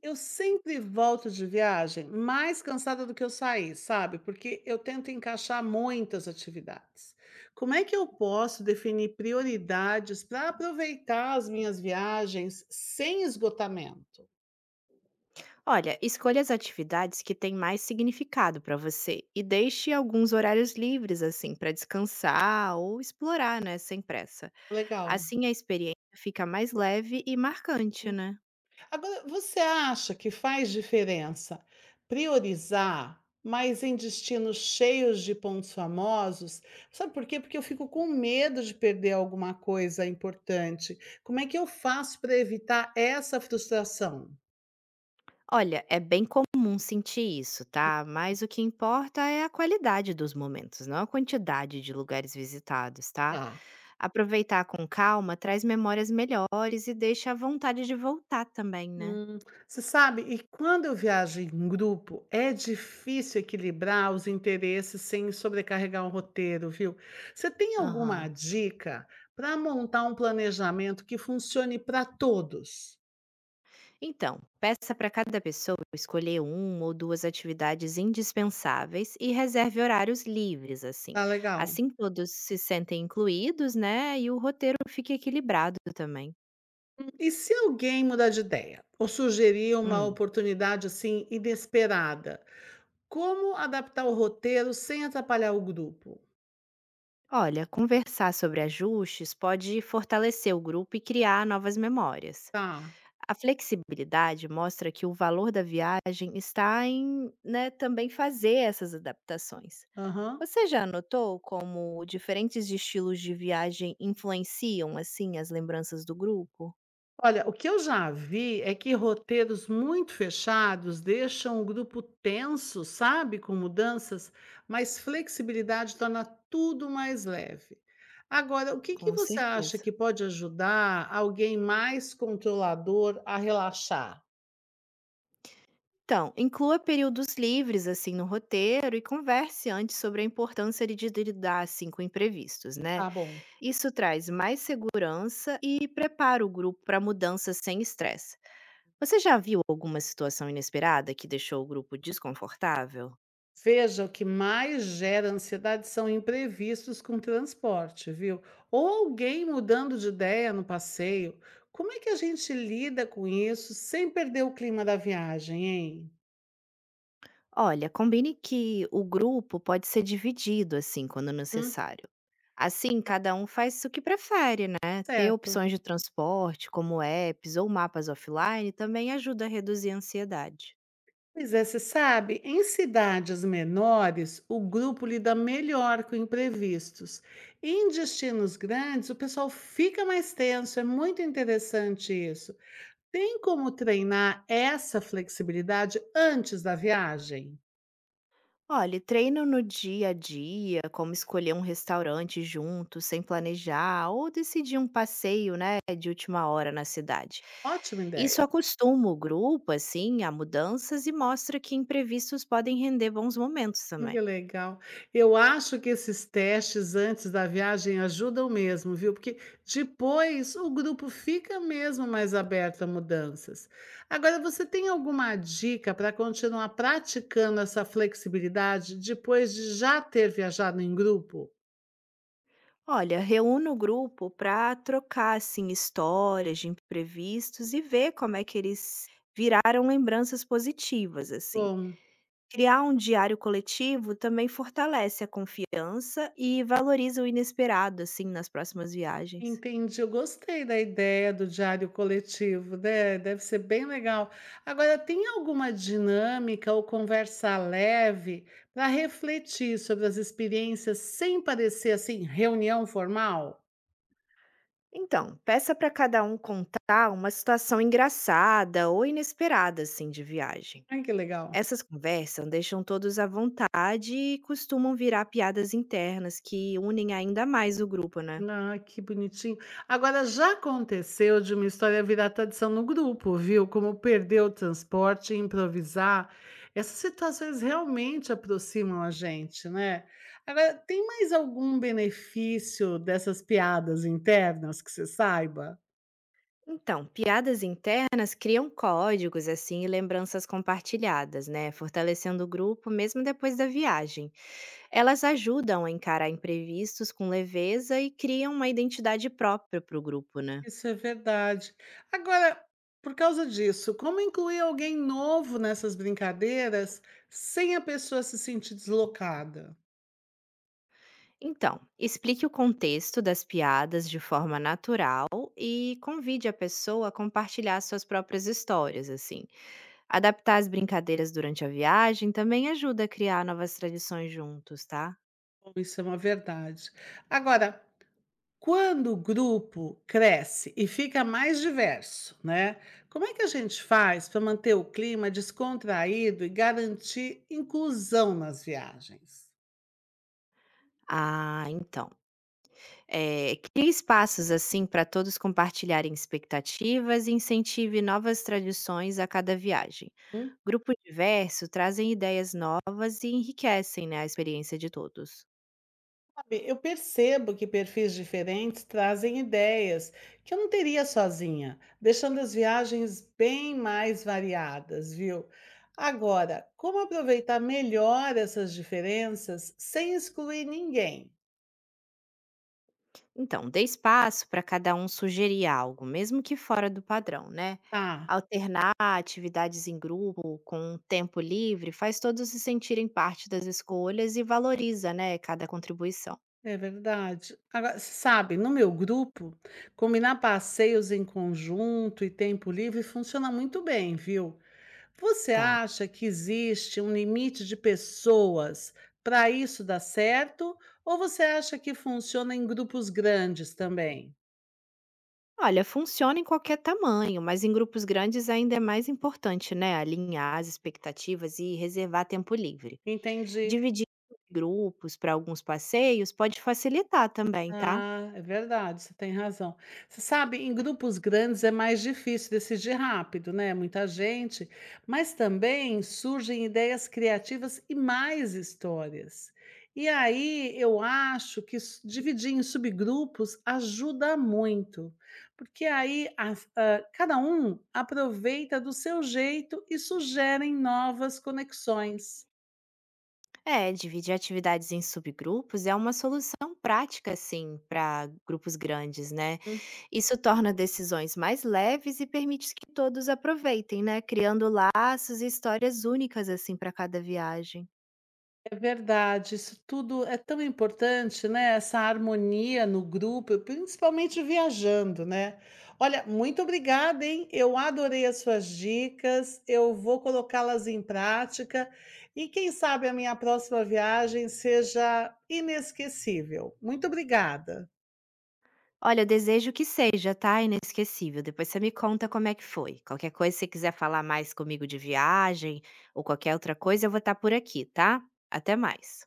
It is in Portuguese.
Eu sempre volto de viagem mais cansada do que eu saí, sabe? Porque eu tento encaixar muitas atividades. Como é que eu posso definir prioridades para aproveitar as minhas viagens sem esgotamento? Olha, escolha as atividades que têm mais significado para você e deixe alguns horários livres, assim, para descansar ou explorar, né, sem pressa. Legal. Assim a experiência fica mais leve e marcante, né? Agora, você acha que faz diferença priorizar, mas em destinos cheios de pontos famosos? Sabe por quê? Porque eu fico com medo de perder alguma coisa importante. Como é que eu faço para evitar essa frustração? Olha, é bem comum sentir isso, tá? Mas o que importa é a qualidade dos momentos, não a quantidade de lugares visitados, tá? Aproveitar com calma traz memórias melhores e deixa a vontade de voltar também, né? Hum, você sabe, e quando eu viajo em grupo, é difícil equilibrar os interesses sem sobrecarregar o roteiro, viu? Você tem alguma Aham. dica para montar um planejamento que funcione para todos? Então, peça para cada pessoa escolher uma ou duas atividades indispensáveis e reserve horários livres, assim. Tá legal. Assim todos se sentem incluídos, né? E o roteiro fica equilibrado também. E se alguém mudar de ideia ou sugerir uma Hum. oportunidade assim inesperada, como adaptar o roteiro sem atrapalhar o grupo? Olha, conversar sobre ajustes pode fortalecer o grupo e criar novas memórias. Tá. A flexibilidade mostra que o valor da viagem está em né, também fazer essas adaptações. Aham. Você já notou como diferentes estilos de viagem influenciam, assim, as lembranças do grupo? Olha, o que eu já vi é que roteiros muito fechados deixam o grupo tenso, sabe, com mudanças, mas flexibilidade torna tudo mais leve. Agora, o que que Com você acha certeza. que pode ajudar alguém mais controlador a relaxar? Então, inclua períodos livres, assim, no roteiro e converse antes sobre a importância de lidar, assim, com imprevistos, né? Tá bom. Isso traz mais segurança e prepara o grupo para mudanças sem estresse. Você já viu alguma situação inesperada que deixou o grupo desconfortável? Veja, o que mais gera ansiedade são imprevistos com transporte, viu? Ou alguém mudando de ideia no passeio. Como é que a gente lida com isso sem perder o clima da viagem, hein? Olha, combine que o grupo pode ser dividido, assim, quando Hum, necessário. Assim, cada um faz o que prefere, né? Ter Certo. opções de transporte, como apps ou mapas offline, também ajuda a reduzir a ansiedade. Pois é, você sabe, em cidades menores, o grupo lida melhor com imprevistos. Em destinos grandes, o pessoal fica mais tenso, é muito interessante isso. Tem como treinar essa flexibilidade antes da viagem? Olha, e treino no dia a dia, como escolher um restaurante junto, sem planejar, ou decidir um passeio, né, de última hora na cidade. Ótima Isso ideia. acostuma o grupo, assim, a mudanças e mostra que imprevistos podem render bons momentos Que também. legal. Eu acho que esses testes antes da viagem ajudam mesmo, viu? Porque depois o grupo fica mesmo mais aberto a mudanças. Agora, você tem alguma dica para continuar praticando essa flexibilidade depois de já ter viajado em grupo? Olha, reúna o grupo para trocar assim histórias de imprevistos e ver como é que eles viraram lembranças positivas assim. Bom. Criar um diário coletivo também fortalece a confiança e valoriza o inesperado assim nas próximas viagens. Entendi, eu gostei da ideia do diário coletivo, né, deve ser bem legal. Agora, tem alguma dinâmica ou conversa leve para refletir sobre as experiências sem parecer assim reunião formal? Então, peça para cada um contar uma situação engraçada ou inesperada assim de viagem. Ai, que legal. Essas conversas deixam todos à vontade e costumam virar piadas internas que unem ainda mais o grupo, né? Ah, que bonitinho. Agora, já aconteceu de uma história virar tradição no grupo, viu? Como perder o transporte, improvisar. Essas situações realmente aproximam a gente, né? Agora, tem mais algum benefício dessas piadas internas que você saiba? Então, piadas internas criam códigos assim e lembranças compartilhadas, né? Fortalecendo o grupo mesmo depois da viagem. Elas ajudam a encarar imprevistos com leveza e criam uma identidade própria para o grupo, né? Isso é verdade. Agora, por causa disso, como incluir alguém novo nessas brincadeiras sem a pessoa se sentir deslocada? Então, explique o contexto das piadas de forma natural e convide a pessoa a compartilhar suas próprias histórias, assim. Adaptar as brincadeiras durante a viagem também ajuda a criar novas tradições juntos, tá? Bom, isso é uma verdade. Agora, quando o grupo cresce e fica mais diverso, né? Como é que a gente faz para manter o clima descontraído e garantir inclusão nas viagens? Ah, então. Crie espaços, assim, para todos compartilharem expectativas e incentive novas tradições a cada viagem. Hum? Grupo diverso trazem ideias novas e enriquecem, né, a experiência de todos. Sabe, eu percebo que perfis diferentes trazem ideias que eu não teria sozinha, deixando as viagens bem mais variadas, viu? Agora, como aproveitar melhor essas diferenças sem excluir ninguém? Então, dê espaço para cada um sugerir algo, mesmo que fora do padrão, né? Tá, Alternar atividades em grupo com tempo livre faz todos se sentirem parte das escolhas e valoriza, né, cada contribuição. é verdade. Agora, sabe, no meu grupo, combinar passeios em conjunto e tempo livre funciona muito bem, viu? Você Tá. acha que existe um limite de pessoas para isso dar certo? Ou você acha que funciona em grupos grandes também? Olha, funciona em qualquer tamanho, mas em grupos grandes ainda é mais importante, né? Alinhar as expectativas e reservar tempo livre. Entendi. Dividir grupos para alguns passeios pode facilitar também, tá? Ah, é verdade, você tem razão. Você sabe, em grupos grandes é mais difícil decidir rápido, né? Muita gente, mas também surgem ideias criativas e mais histórias. E aí eu acho que dividir em subgrupos ajuda muito, porque aí cada um aproveita do seu jeito e sugerem novas conexões. É, dividir atividades em subgrupos é uma solução prática, sim, para grupos grandes, né? Isso torna decisões mais leves e permite que todos aproveitem, né? Criando laços e histórias únicas, assim, para cada viagem. É verdade, isso tudo é tão importante, né? Essa harmonia no grupo, principalmente viajando, né? Olha, muito obrigada, hein? Eu adorei as suas dicas, eu vou colocá-las em prática e quem sabe a minha próxima viagem seja inesquecível. Muito obrigada. Olha, eu desejo que seja, tá, inesquecível. Depois você me conta como é que foi. Qualquer coisa, se você quiser falar mais comigo de viagem ou qualquer outra coisa, eu vou estar por aqui, tá? Até mais.